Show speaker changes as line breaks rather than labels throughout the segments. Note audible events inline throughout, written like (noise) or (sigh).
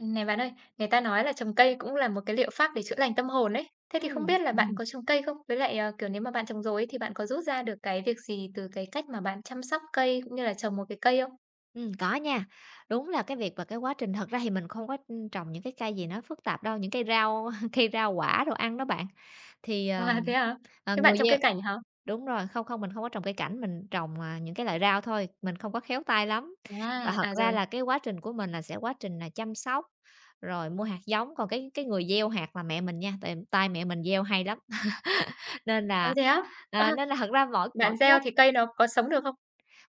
Này bạn ơi, người ta nói là trồng cây cũng là một cái liệu pháp để chữa lành tâm hồn ấy. Thế thì không
Ừm,
biết
(laughs)
là bạn
ừm,
có trồng cây không? Với lại, kiểu, nếu mà bạn trồng rồi ấy, thì bạn có rút ra được cái việc gì từ cái cách mà bạn chăm sóc cây cũng như là trồng một cái cây không?
có nha. Đúng là cái việc và cái quá trình thật ra thì mình không có, trồng những cái cây gì nó phức tạp đâu, những cây rau (laughs) cây rau quả đồ ăn đó bạn. Thì,
(laughs)
ờ,
À, thế hả? Thế bạn
người
trồng
gieo
cây cảnh hả?
đúng rồi, không, mình không có trồng cây cảnh, mình trồng, à, những cái loại rau thôi, mình không có khéo tay lắm.
À,
Và thật
à,
ra
rồi.
là cái quá trình của mình là sẽ quá trình là chăm sóc, rồi mua hạt giống, còn cái người gieo hạt là mẹ mình nha, tại tay mẹ mình gieo hay lắm. (laughs) Nên
Ơ,
là,
thế á? Ơ,
nên là thật ra mỗi mỗi
bạn
cái
gieo
quá
thì cây nó có sống được không?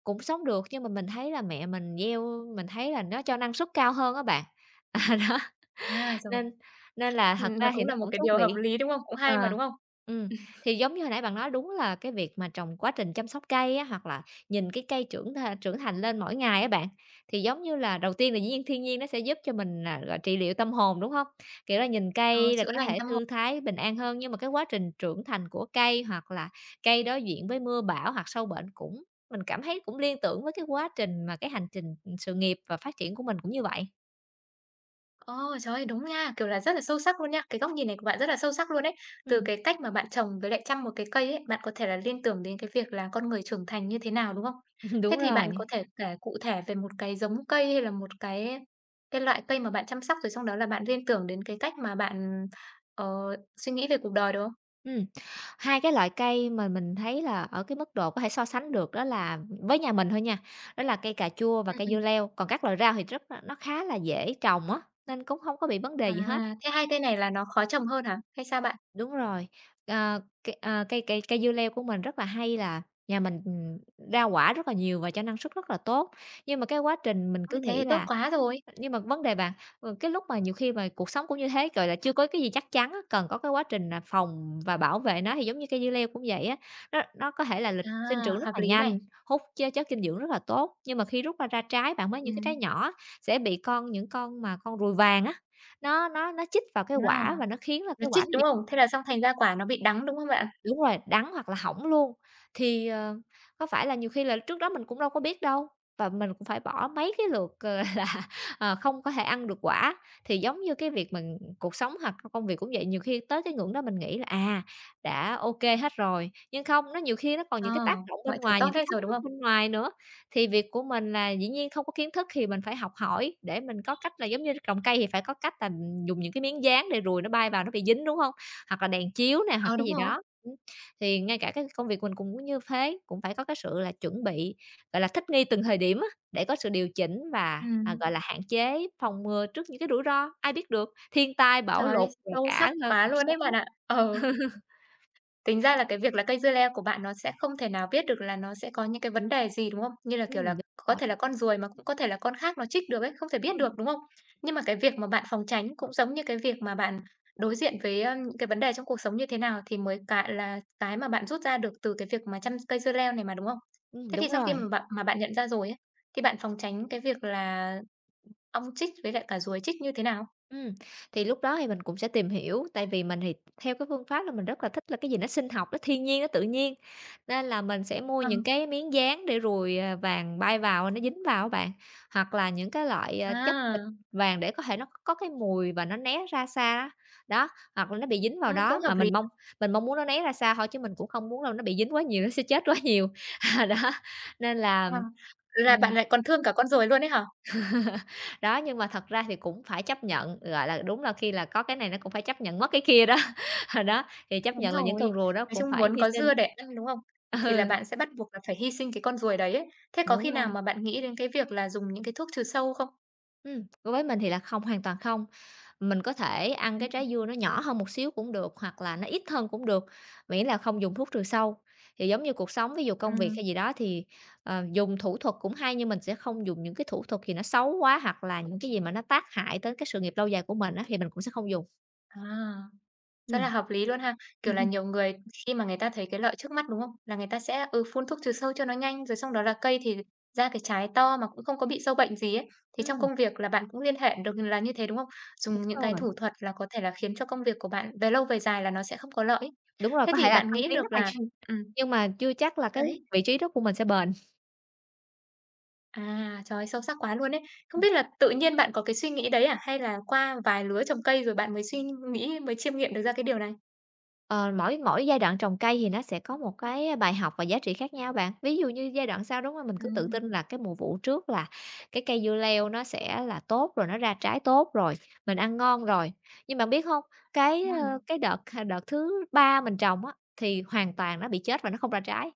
Cũng sống được nhưng mà mình thấy là mẹ mình gieo mình thấy là nó cho năng suất cao hơn á bạn. (laughs) À, đó.
À, rồi.
Nên nên là thật
Nó
ra thì
cũng
nó
là một
cũng
cái
thú
điều
vị.
hợp lý, đúng không? Cũng
Ờ,
hay mà, đúng không?
ừm, thì giống như hồi nãy bạn nói đúng là cái việc mà trồng quá trình chăm sóc cây á, hoặc là nhìn cái cây trưởng thành lên mỗi ngày á bạn, thì giống như là đầu tiên là dĩ nhiên thiên nhiên nó sẽ giúp cho mình, gọi, trị liệu tâm hồn, đúng hông? Kiểu là, nhìn
Ờ,
cây là
chữa
có
lành
thể
tâm hồn.
thư thái, bình an hơn, nhưng mà cái quá trình trưởng thành của cây hoặc là cây đối diện với mưa bão hoặc sâu bệnh cũng mình cảm thấy cũng liên tưởng với cái quá trình mà cái hành trình, sự nghiệp và phát triển của mình cũng như vậy.
Ồ, trời ơi, đúng nha, kiểu là, rất là sâu sắc luôn nha. Cái góc nhìn này của bạn rất là sâu sắc luôn đấy. Từ
Ừm,
cái cách mà bạn trồng với lại chăm một cái cây ấy, bạn có thể là liên tưởng đến cái việc là con người trưởng thành như thế nào, đúng không?
(laughs)
Thế
đúng
thì
rồi.
bạn có thể kể cụ thể về một cái giống cây hay là một cái loại cây mà bạn chăm sóc, rồi xong đó là bạn liên tưởng đến cái cách mà bạn, ờ, suy nghĩ về cuộc đời, đúng không?
Ừm, hai cái loại cây mà mình thấy là ở cái mức độ có thể so sánh được đó là với nhà mình thôi nha, đó là cây cà chua và
Ừm,
cây dưa
ừm.
leo, còn các loại rau thì rất là nó khá là dễ trồng á, nên cũng không có bị vấn đề
À,
gì hết.
thế hai cây này là nó khó trồng hơn hả? Hay sao bạn?
Đúng rồi, cây, cây dưa leo của mình rất là hay là nhà mình, ra quả rất là nhiều và cho năng suất rất là tốt, nhưng mà cái quá trình mình
Ôi,
cứ
thế thì
nghĩ
tốt
là
quá rồi.
nhưng mà vấn đề bạn, cái lúc mà nhiều khi mà cuộc sống cũng như thế, gọi là, chưa có cái gì chắc chắn á, cần có cái quá trình là phòng và bảo vệ nó, thì giống như cây dưa leo cũng vậy á, nó có thể là lịch
À,
sinh trưởng rất
hợp
là
lý này.
nhanh, hút chớ chất dinh dưỡng rất là tốt, nhưng mà khi rút ra ra trái, bạn mới những cái trái
Ừm,
nhỏ sẽ bị con những con mà con ruồi vàng á, nó chích vào cái
à,
quả và nó khiến là
nó
cái
chích,
quả
đúng không? Thế là xong thành ra quả nó bị đắng, đúng không bạn?
Đúng rồi, đắng hoặc là hỏng luôn. Thì, ờ, có phải là nhiều khi là trước đó mình cũng đâu có biết đâu, và mình cũng phải bỏ mấy cái lượt, (laughs) không có thể ăn được quả. Thì giống như cái việc mình cuộc sống hoặc công việc cũng vậy, nhiều khi tới cái ngưỡng đó mình nghĩ là, à, đã OK hết rồi, nhưng không, nó nhiều khi nó còn
Ờ,
những cái tác động bên
mọi thứ
ngoài,
tốt
những cái
hết rồi,
thách
đúng
thức
không?
bên ngoài nữa. Thì việc của mình là dĩ nhiên không có kiến thức thì mình phải học hỏi để mình có cách là giống như trồng cây thì phải có cách là dùng những cái miếng dán để ruồi nó bay vào nó bị dính, đúng không? Hoặc là đèn chiếu nè, hoặc
Ờ,
cái
đúng
gì
rồi.
đó. Thì ngay cả cái công việc mình cũng như thế, cũng phải có cái sự là chuẩn bị, gọi là, thích nghi từng thời điểm á, để có sự điều chỉnh và,
Ừm,
gọi là, hạn chế, phòng ngừa trước những cái rủi ro, ai biết được, thiên tai,
trời
bão
ơi,
lụt rồi
sâu sắc
cả,
quá
cuộc
luôn đấy bạn
sống.
ạ. Ờ,
(laughs)
tính ra là cái việc là cây dưa leo của bạn nó sẽ không thể nào biết được là nó sẽ có những cái vấn đề gì, đúng không? Như là, kiểu là,
Đúng
có
rồi.
thể là con ruồi mà cũng có thể là con khác nó chích được ấy, không thể biết được, đúng không? Nhưng mà cái việc mà bạn phòng tránh cũng giống như cái việc mà bạn đối diện với, ơ, những cái vấn đề trong cuộc sống như thế nào thì mới cái là cái mà bạn rút ra được từ cái việc mà chăm cây dưa leo này mà, đúng không? Thế thì
Đúng
sau khi
rồi.
mà bạn nhận ra rồi ấy, thì bạn phòng tránh cái việc là Ong chích với lại cả ruồi chích như thế nào?
Ừm, thì lúc đó thì mình cũng sẽ tìm hiểu, tại vì mình thì theo cái phương pháp là mình rất là thích là cái gì nó sinh học, nó thiên nhiên, nó tự nhiên, nên là mình sẽ mua những
Ừm.
cái miếng dán để ruồi, vàng bay vào nó dính vào á bạn, hoặc là những cái loại, chất xịt
À,
vàng để có thể nó có cái mùi và nó né ra xa á. Đó, hoặc là nó bị dính vào
cũng
đó
hợp
mà
lý
mình mong muốn nó né ra xa thôi chứ mình cũng không muốn là nó bị dính quá nhiều, nó sẽ chết quá nhiều. (laughs) đó, nên là
ha. Là bạn
ừm.
lại còn thương cả con ruồi luôn ấy hả?
Đó, nhưng mà thật ra thì cũng phải chấp nhận, gọi là, đúng là khi là có cái này nó cũng phải chấp nhận mất cái kia đó. (laughs) đó, thì chấp
Đúng
nhận là những
rồi,
con rùa đó
nói
cũng
chung
phải
muốn
hy
có
sinh.
dưa để ăn, đúng không?
(laughs)
Thì là
Ừ,
bạn sẽ bắt buộc là phải hy sinh cái con ruồi đấy ấy. Thế có
đúng
khi
rồi,
nào mà bạn nghĩ đến cái việc là dùng những cái thuốc trừ sâu không?
đối với mình thì là không, hoàn toàn không. Mình có thể ăn cái
Ừm,
trái dưa nó nhỏ hơn một xíu cũng được, hoặc là nó ít hơn cũng được, miễn là không dùng thuốc trừ sâu. Thì giống như cuộc sống, ví dụ công việc
ừm,
hay gì đó thì, ờ, dùng thủ thuật cũng hay nhưng mình sẽ không dùng những cái thủ thuật gì nó xấu quá, hoặc là những cái gì mà nó tác hại tới cái sự nghiệp lâu dài của mình á, thì mình cũng sẽ không dùng.
à. Rất là
Ừm.
hợp lý luôn ha. Kiểu là,
Ừm.
nhiều người khi mà người ta thấy cái lợi trước mắt, đúng không? Là người ta sẽ, ừ, phun thuốc trừ sâu cho nó nhanh, rồi xong đó là cây thì ra cái trái to mà cũng không có bị sâu bệnh gì ấy. Thì trong công
(laughs)
việc là bạn cũng liên hệ được là như thế, đúng không? Dùng
Đúng
những cái
rồi,
thủ thuật là có thể là khiến cho công việc của bạn về lâu về dài là nó sẽ không có lợi ấy.
đúng rồi,
Thế
có
thì
thể là
bạn
thăng
nghĩ
tiến rất
được
là
là
nhanh,
ừm,
nhưng mà chưa chắc là cái
đấy,
vị trí đó của mình sẽ bền.
à, trời ơi, sâu sắc quá luôn ấy. Không biết là tự nhiên bạn có cái suy nghĩ đấy à? Hay là qua vài lứa trồng cây rồi bạn mới suy nghĩ, mới chiêm nghiệm được ra cái điều này?
Ờ, mỗi mỗi giai đoạn trồng cây thì nó sẽ có một cái bài học và giá trị khác nhau bạn. Ví dụ như giai đoạn sau đúng không? Mình cứ tự
Ừm,
tin là cái mùa vụ trước là cái cây dưa leo nó sẽ là tốt rồi, nó ra trái tốt rồi, mình ăn ngon rồi. Nhưng bạn biết không?
ừm.
Cái đợt đợt thứ 3 mình trồng á, thì hoàn toàn nó bị chết và nó không ra trái.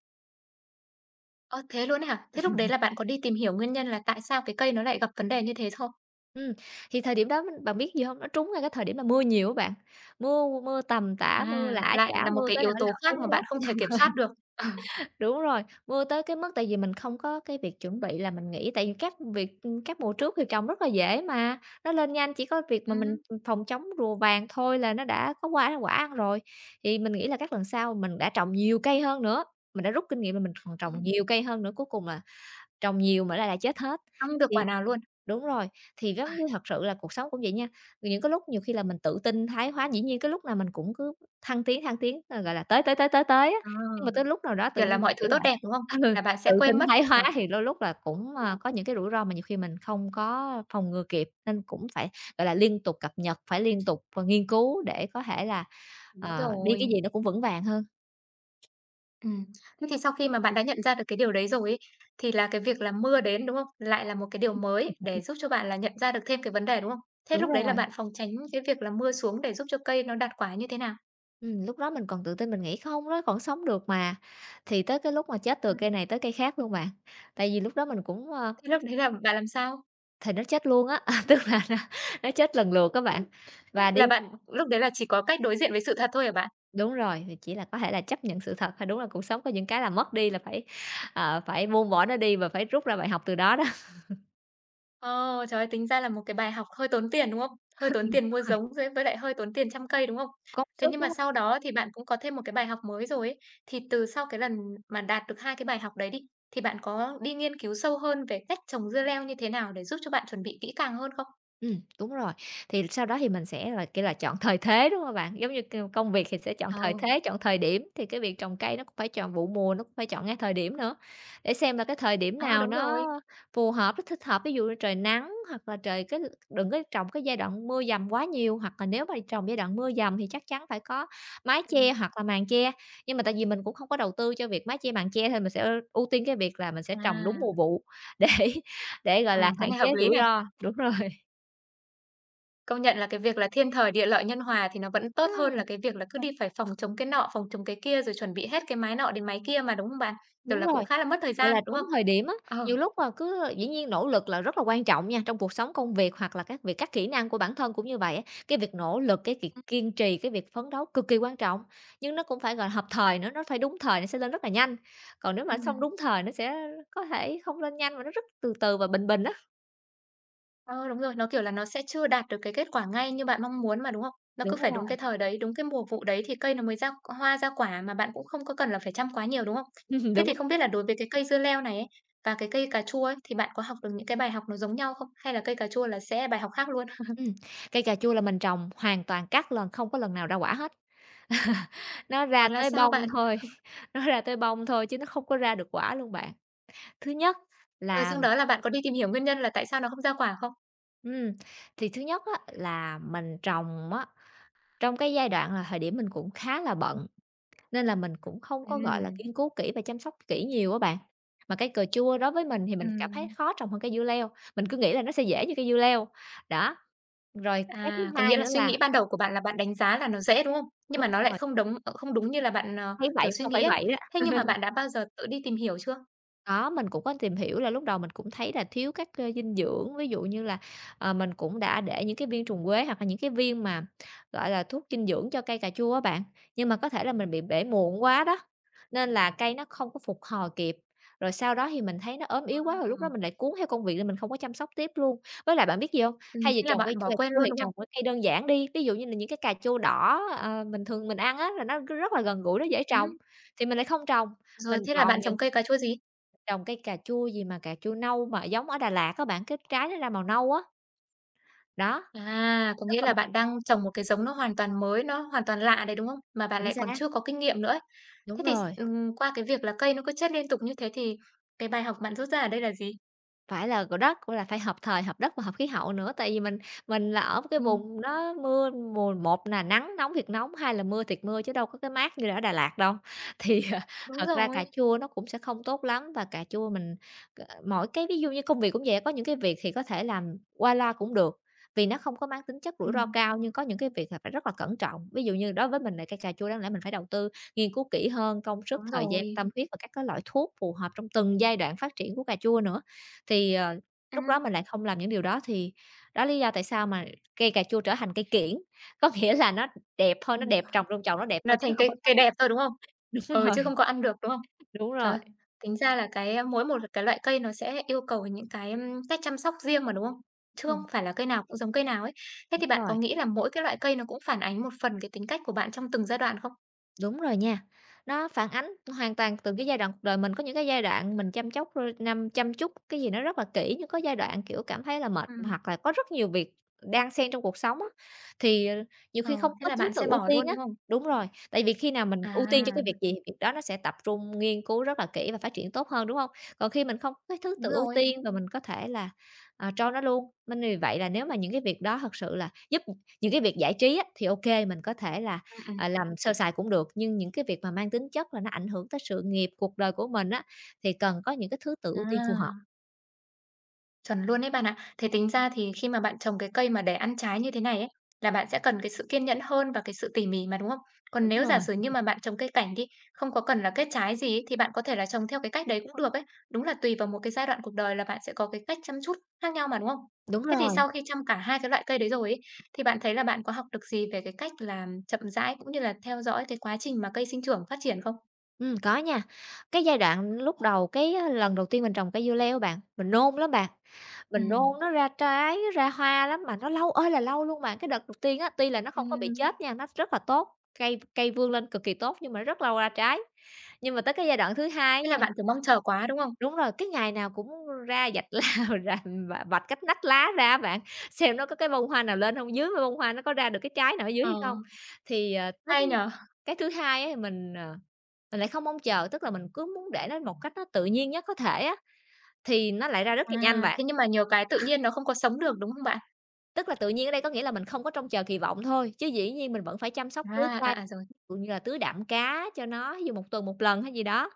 Ơ, thế luôn ấy hả? Thế lúc đấy là bạn có đi tìm hiểu nguyên nhân là tại sao cái cây nó lại gặp vấn đề như thế không?
Ừm, thì thời điểm đó mình bạn biết gì hông? Nó trúng ngay cái thời điểm là mưa nhiều á bạn, mưa mưa tầm tã, mưa
À,
lã
lại
chả
là một
mưa
cái
tới
yếu
nỗi
tố
là
khác mà
úng
bạn
gốc
không thể kiểm
(laughs)
soát được. (laughs)
đúng rồi, mưa tới cái mức tại vì mình không có cái việc chuẩn bị là mình nghĩ tại vì các việc các mùa trước thì trồng rất là dễ mà, nó lên nhanh, chỉ có việc
Ờ,
mà mình, phòng chống rùa vàng thôi là nó đã có qua quả ăn rồi. Thì mình nghĩ là các lần sau mình đã trồng nhiều cây hơn nữa, mình đã rút kinh nghiệm là mình còn trồng
ừm,
nhiều cây hơn nữa, cuối cùng là trồng nhiều mà nó lại chết hết.
không được
Thì
quả nào luôn.
Đúng rồi, thì
À,
giống như thật sự là cuộc sống cũng vậy nha, những cái lúc nhiều khi là mình tự tin thái quá, dĩ nhiên cái lúc nào mình cũng cứ thăng tiến, gọi là, tới á,
ờ,
nhưng mà tới lúc nào đó tự
kiểu là,
nhiên,
mọi thứ
kiểu
tốt
là,
đẹp, đúng không?
(laughs) ừ,
Là bạn sẽ
tự tin
quên mất
thái
nhỉ?
hóa thì đôi lúc là cũng, có những cái rủi ro mà nhiều khi mình không có phòng ngừa kịp, nên cũng phải, gọi là, liên tục cập nhật, phải liên tục, nghiên cứu để có thể là,
Đúng
đi cái
rồi.
gì nó cũng vững vàng hơn.
Ừm, thế thì sau khi mà bạn đã nhận ra được cái điều đấy rồi ấy, thì là cái việc là mưa đến, đúng không? Lại là một cái điều mới để giúp cho bạn là nhận ra được thêm cái vấn đề, đúng không? Thế
Đúng
lúc đấy là
rồi.
bạn phòng tránh cái việc là mưa xuống để giúp cho cây nó đạt quả như thế nào?
Lúc đó mình còn tự tin mình nghĩ không đó, còn sống được mà, thì tới cái lúc mà chết từ
Ừm,
cây này tới cây khác luôn bạn. Tại vì lúc đó mình cũng.
thế lúc đấy là bạn làm sao?
Thì nó chết luôn á, (laughs) tức là nó chết lần lượt các bạn. Và đi
Là bạn lúc đấy là chỉ có cách đối diện với sự thật thôi hả bạn?
đúng rồi, thì chỉ là có thể là chấp nhận sự thật thôi, đúng là cuộc sống có những cái là mất đi là phải, phải buông bỏ nó đi và phải rút ra bài học từ đó đó.
Ờ, trời ơi, tính ra là một cái bài học hơi tốn tiền, đúng không? Hơi
(laughs)
tốn
Đúng
tiền mua
rồi,
giống với lại hơi tốn tiền chăm cây, đúng không?
công
Thế
sức,
nhưng mà
đúng
sau đó thì bạn cũng có thêm một cái bài học mới rồi ấy, thì từ sau cái lần mà đạt được 2 cái bài học đấy đi, thì bạn có đi nghiên cứu sâu hơn về cách trồng dưa leo như thế nào để giúp cho bạn chuẩn bị kỹ càng hơn không?
Đúng rồi. Thì sau đó thì mình sẽ là, kia là, chọn thời thế, đúng không bạn? Giống như công việc thì sẽ chọn thời
Ờ,
thế, chọn thời điểm, thì cái việc trồng cây nó cũng phải chọn vụ mùa, nó cũng phải chọn ngay thời điểm nữa, để xem là cái thời điểm
à,
nào
đúng rồi.
nó phù hợp, nó thích hợp. Ví dụ như trời nắng hoặc là trời cái đừng có trồng cái giai đoạn mưa dầm quá nhiều, hoặc là nếu mà trồng giai đoạn mưa dầm thì chắc chắn phải có mái
Ừm.
che hoặc là màn che. Nhưng mà tại vì mình cũng không có đầu tư cho việc mái che, màn che thì mình sẽ ưu tiên cái việc là mình sẽ trồng đúng
À,
mùa vụ để gọi là,
cái
hạn
này
chế
hợp lý
rủi
này.
ro. Đúng rồi.
Công nhận là cái việc là thiên thời địa lợi nhân hòa thì nó vẫn tốt hơn là
Ừm,
cái việc là cứ đi phải phòng chống cái nọ, phòng chống cái kia, rồi chuẩn bị hết cái mái nọ đến mái kia mà, đúng không bạn? Kiểu
đúng
là, cũng
rồi,
khá là mất thời
gọi
gian,
là,
đúng không?
đúng thời điểm á.
Ờ.
Nhiều lúc, mà cứ dĩ nhiên nỗ lực là rất là quan trọng nha, trong cuộc sống công việc hoặc là các việc các kỹ năng của bản thân cũng như vậy á. Cái việc nỗ lực, cái việc kiên trì, cái việc phấn đấu cực kỳ quan trọng, nhưng nó cũng phải, gọi là, hợp thời nữa, nó phải đúng thời nó sẽ lên rất là nhanh, còn nếu mà không
Ừm.
đúng thời nó sẽ có thể không lên nhanh mà nó rất từ từ và bình bình á.
Ờ, đúng rồi, nó, kiểu là, nó sẽ chưa đạt được cái kết quả ngay như bạn mong muốn mà, đúng không? Nó cứ
Đúng
phải
rồi,
đúng cái thời đấy, đúng cái mùa vụ đấy thì cây nó mới ra hoa ra quả mà bạn cũng không có cần là phải chăm quá nhiều, đúng không?
(laughs) ừm,
Thế
đúng
thì không biết là đối với cái cây dưa leo này ấy, và cái cây cà chua ấy, thì bạn có học được những cái bài học nó giống nhau không? Hay là cây cà chua là sẽ bài học khác luôn? (laughs)
Ừm, cây cà chua là mình trồng hoàn toàn các lần, không có lần nào ra quả hết. (laughs) Nó
Còn
ra
là
tới
sao
bông
bạn?
thôi, (laughs) nó ra tới bông thôi chứ nó không có ra được quả luôn bạn. Thứ nhất
Rồi
là
xong đó là bạn có đi tìm hiểu nguyên nhân là tại sao nó không ra quả không?
ừm, thì thứ nhất á là mình trồng á, trong cái giai đoạn là thời điểm mình cũng khá là bận, nên là mình cũng không có, gọi là,
Ừm,
nghiên cứu kỹ và chăm sóc kỹ nhiều á bạn. Mà cây cà chua đối với mình thì mình cảm thấy
ừm.
khó trồng hơn cây dưa leo, mình cứ nghĩ là nó sẽ dễ như cây dưa leo. Đó, rồi cái thứ
À, có
hai
nghĩa là
nữa
suy
là
nghĩ ban đầu của bạn là bạn đánh giá là nó dễ, đúng không? Nhưng
đúng
mà nó lại
rồi,
không đúng không đúng như là bạn,
thấy
kiểu,
vậy
suy
không
nghĩ
phải
ấy.
vậy đó.
Thế nhưng mà bạn đã bao giờ tự đi tìm hiểu chưa?
Có, mình cũng có tìm hiểu là lúc đầu mình cũng thấy là thiếu các, dinh dưỡng, ví dụ như là, mình cũng đã để những cái viên trùng quế hoặc là những cái viên mà, gọi là, thuốc dinh dưỡng cho cây cà chua á bạn, nhưng mà có thể là mình bị bể muộn quá đó, nên là cây nó không có phục hồi kịp. Rồi sau đó thì mình thấy nó ốm yếu quá,
À,
rồi lúc đó mình lại cuốn theo công việc nên mình không có chăm sóc tiếp luôn. Với lại bạn biết gì không hay giờ
thế là
trồng cây
bạn bỏ
cà
quên
chua
luôn,
thì
đúng không?
trồng cái cây đơn giản đi, ví dụ như là những cái cà chua đỏ, bình thường mình ăn á, là nó rất là gần gũi, nó dễ trồng,
Ừm,
thì mình lại không trồng.
rồi
Mình
thế là
còn
bạn
những
trồng cây cà chua gì?
trồng cây cà chua gì mà cà chua nâu mà giống ở Đà Lạt á bạn, cái trái nó ra màu nâu á, đó,
À, có
rất
nghĩa
là
là bạn đang trồng một cái giống nó hoàn toàn mới, nó hoàn toàn lạ đấy, đúng không? Mà bạn
chính
lại còn
xác,
chưa có kinh nghiệm nữa ấy.
đúng
Thế thì s
rồi.
qua cái việc là cây nó cứ chết liên tục như thế thì cái bài học bạn rút ra ở đây là gì?
Phải là gò đất, cũng là phải hợp thời, hợp đất và hợp khí hậu nữa, tại vì mình là ở một cái
Ừm,
vùng nó mưa mùa một là nắng nóng thiệt nóng, hai là mưa thiệt mưa chứ đâu có cái mát như là ở Đà Lạt đâu. Thì, (laughs)
đúng
thật ra cà
rồi.
chua nó cũng sẽ không tốt lắm và cà chua mình mỗi cái ví dụ như công việc cũng vậy, có những cái việc thì có thể làm qua loa cũng được, vì nó không có mang tính chất rủi ro
Ừm,
cao, nhưng có những cái việc là phải rất là cẩn trọng. Ví dụ như đối với mình là cây cà chua đáng lẽ mình phải đầu tư nghiên cứu kỹ hơn, công sức,
đúng
thời gian,
rồi.
tâm huyết và các cái loại thuốc phù hợp trong từng giai đoạn phát triển của cà chua nữa. Thì, ờ,
A,
lúc đó mình lại không làm những điều đó thì đó lý do tại sao mà cây cà chua trở thành cây kiểng, (laughs) có nghĩa là nó đẹp hơn, nó
ừm,
đẹp trồng trong chậu nó đẹp
nó
thôi chứ nó
thành
không có
cây
trắng.
cây đẹp thôi, đúng không?
(laughs) Đúng
Ừ,
rồi,
chứ không có ăn được, đúng không?
đúng
Trời
rồi.
ơi, tính ra là cái, mỗi một cái loại cây nó sẽ yêu cầu những cái, ưm, cách chăm sóc riêng mà, đúng không? Chứ không
Ừm.
phải là cây nào cũng giống cây nào ấy. Thế
Đúng
thì bạn có
rồi.
nghĩ là mỗi cái loại cây nó cũng phản ánh một phần cái tính cách của bạn trong từng giai đoạn không?
Đúng rồi nha. Nó phản ánh hoàn toàn từng cái giai đoạn cuộc đời mình, có những cái giai đoạn mình chăm chóc r năm chăm chút cái gì nó rất là kỹ, nhưng có giai đoạn, kiểu, cảm thấy là mệt
Ừm,
hoặc là có rất nhiều việc đang xen trong cuộc sống á, thì, ờ, nhiều
ờ,
khi không
thế
có
là
thứ
bạn
tự
sẽ
ưu
bỏ
tiên
luôn,
á.
đúng không?
Đúng rồi, tại vì khi nào mình ưu tiên cho cái
À,
việc gì, việc đó nó sẽ tập trung nghiên cứu rất là kỹ và phát triển tốt hơn, đúng không? Còn khi mình không có cái thứ
đúng
tự ưu
rồi,
tiên và mình có thể là, cho nó luôn, nên vì vậy là nếu mà những cái việc đó thật sự là giúp những cái việc giải trí á, thì ok mình có thể là
ừm, ừm,
Làm sơ sài cũng được, nhưng những cái việc mà mang tính chất là nó ảnh hưởng tới sự nghiệp, cuộc đời của mình á, thì cần có những cái thứ tự ưu tiên phù hợp.
à. Chuẩn luôn đấy bạn ạ. Thế tính ra thì khi mà bạn trồng cái cây mà để ăn trái như thế này ấy, là bạn sẽ cần cái sự kiên nhẫn hơn và cái sự tỉ mỉ mà, đúng không? Còn
Đúng
nếu giả
rồi,
sử như mà bạn trồng cây cảnh đi, không có cần là kết trái gì ấy, thì bạn có thể là trồng theo cái cách đấy cũng được ấy. Đúng là tùy vào một cái giai đoạn cuộc đời là bạn sẽ có cái cách chăm chút khác nhau mà, đúng không?
đúng
Thế thì
rồi,
sau khi chăm cả hai cái loại cây đấy rồi ấy, thì bạn thấy là bạn có học được gì về cái cách làm chậm rãi cũng như là theo dõi cái quá trình mà cây sinh trưởng phát triển không?
có nha. Cái giai đoạn lúc đầu, lần đầu tiên mình trồng cây dưa leo bạn, mình nôn lắm bạn,
Ừ,
mình nôn nó ra trái, nó ra hoa lắm mà nó lâu ơi là lâu luôn bạn. Cái đợt đầu tiên á, tuy là nó không có bị
Ừm,
chết nha, nó rất là tốt, cây cây vươn lên cực kỳ tốt nhưng mà rất lâu ra trái. Nhưng mà tới cái giai đoạn thứ hai
thế là
á,
bạn, kiểu, mong chờ quá, đúng không?
đúng rồi, cái ngày nào cũng ra vạch la (laughs) ra và vạch cách nách lá ra á bạn, xem nó có cái bông hoa nào lên không dưới bông hoa nó có ra được cái trái nào ở dưới
Ờ,
hay không. Thì, ờ,
hay nhở.
cái thứ hai á, mình, ờ, mình lại không mong chờ, tức là mình cứ muốn để nó một cách nó tự nhiên nhất có thể á, thì nó lại ra rất là nhanh
À,
bạn.
thế nhưng mà nhiều cái tự nhiên nó không có sống được, đúng không bạn?
Tức là tự nhiên ở đây có nghĩa là mình không có trông chờ kỳ vọng thôi, chứ dĩ nhiên mình vẫn phải chăm sóc tưới
À,
cây.
à, à, rồi.
Kiểu như là, tưới đạm cá cho nó, ví dụ 1 tuần một lần hay gì đó,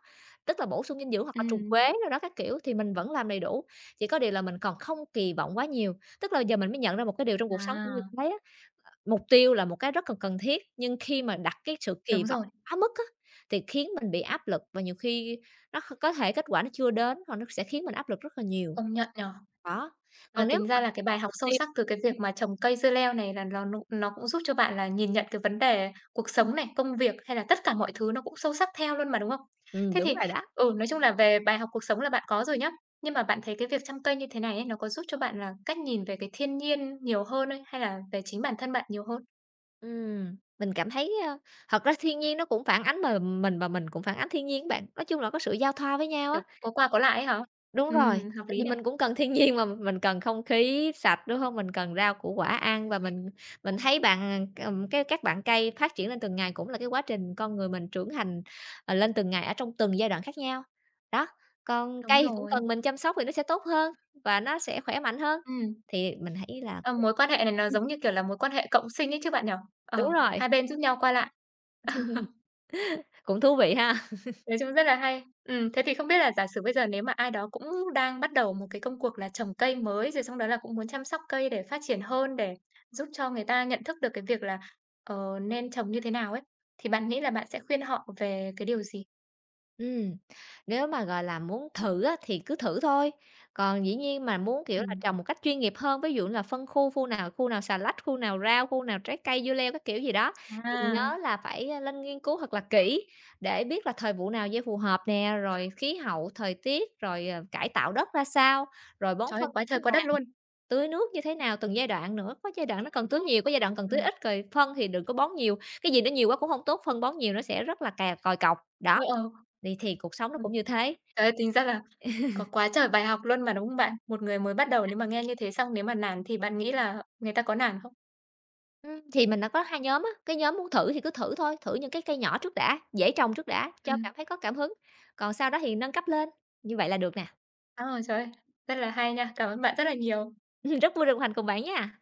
tức là bổ sung dinh dưỡng hoặc là trùng
Ừm,
quế đồ đó các kiểu thì mình vẫn làm đầy đủ. Chỉ có điều là mình còn không kỳ vọng quá nhiều, tức là giờ mình mới nhận ra một cái điều trong cuộc sống cũng như
à,
thế á, mục tiêu là một cái rất là cần thiết, nhưng khi mà đặt cái sự kỳ
đúng
vọng
rồi,
quá mức á, thì khiến mình bị áp lực và nhiều khi nó kh có thể kết quả nó chưa đến hoặc nó sẽ khiến mình áp lực rất là nhiều.
công nhận nhở.
Đó,
Ờ,
còn nếu
tính
mà
ra là cái bài học
mục
sâu
tiêu
sắc từ cái việc mà trồng cây dưa leo này là ló nó cũng giúp cho bạn là nhìn nhận cái vấn đề cuộc
ừm,
sống này, công việc hay là tất cả mọi thứ nó cũng sâu sắc theo luôn mà, đúng không? Thế
đúng
thì
rồi đó.
ừ, nói chung là về bài học cuộc sống là bạn có rồi nhá. Nhưng mà bạn thấy cái việc chăm cây như thế này ấy, nó có giúp cho bạn là cách nhìn về cái thiên nhiên nhiều hơn ấy, hay là về chính bản thân bạn nhiều hơn?
Mình cảm thấy, thật ra thiên nhiên nó cũng phản ánh mà mình và mình cũng phản ánh thiên nhiên bạn. Nói chung là có sự giao thoa với nhau á.
Kiểu có qua có lại ấy hả?
Đúng rồi,
Hợp
tại
lý
vì
này.
mình cũng cần thiên nhiên mà, mình cần không khí sạch, đúng không? Mình cần rau củ quả ăn và mình thấy bạn, cái các bạn cây phát triển lên từng ngày cũng là cái quá trình con người mình trưởng thành, lên từng ngày ở trong từng giai đoạn khác nhau. Đó, còn
Đúng
cây thì cũng
rồi.
cần mình chăm sóc thì nó sẽ tốt hơn và nó sẽ khỏe mạnh hơn.
Ừm,
Thì mình thấy là
ờ, mối quan hệ này nó
ừm,
giống như, kiểu là, mối quan hệ cộng sinh ấy chứ bạn nhỉ?
đúng
Ờ,
rồi,
hai bên giúp nhau qua lại. (laughs) Ờ,
cũng thú vị ha.
nói chung rất là hay. Thế thì không biết là giả sử bây giờ nếu mà ai đó cũng đang bắt đầu một cái công cuộc là trồng cây mới, rồi xong đó là cũng muốn chăm sóc cây để phát triển hơn, để giúp cho người ta nhận thức được cái việc là, nên trồng như thế nào ấy, thì bạn nghĩ là bạn sẽ khuyên họ về cái điều gì?
Ừm, nếu mà, gọi là, muốn thử á thì cứ thử thôi, còn dĩ nhiên mà muốn, kiểu là,
Ừm,
trồng một cách chuyên nghiệp hơn, ví dụ là phân khu, khu nào xà lách, khu nào rau, khu nào trái cây, dưa leo, các kiểu gì đó, mình
à,
nhớ là phải, lên nghiên cứu thật là kỹ để biết là thời vụ nào gieo phù hợp nè, rồi khí hậu, thời tiết, rồi, cải tạo đất ra sao, rồi bón
trời ơi,
phân như
quá trời
thế.
quá đất luôn.
Tưới nước như thế nào, từng giai đoạn nữa, có giai đoạn nó cần tưới nhiều, có giai đoạn cần tưới
Ừm,
ít, rồi phân thì đừng có bón nhiều, cái gì nó nhiều quá cũng không tốt, phân bón nhiều nó sẽ rất là cà còi cọc, đó.
ờ, ờ,
Thì cuộc sống nó
ừm,
cũng như thế.
tính ra là Có quá trời bài học luôn mà, đúng không bạn? Một người mới bắt đầu nếu mà nghe như thế xong nếu mà nản thì bạn nghĩ là người ta có nản không?
Thì mình đã có hai nhóm á, cái nhóm muốn thử thì cứ thử thôi, thử những cái cây nhỏ trước đã, dễ trồng trước đã,
Ừ,
cho cảm thấy có cảm hứng, còn sau đó thì nâng cấp lên, như vậy là được nè.
Ờ, trời ơi, rất là hay nha. Cảm ơn bạn rất là nhiều.
(laughs) Rất vui được đồng hành cùng bạn nha.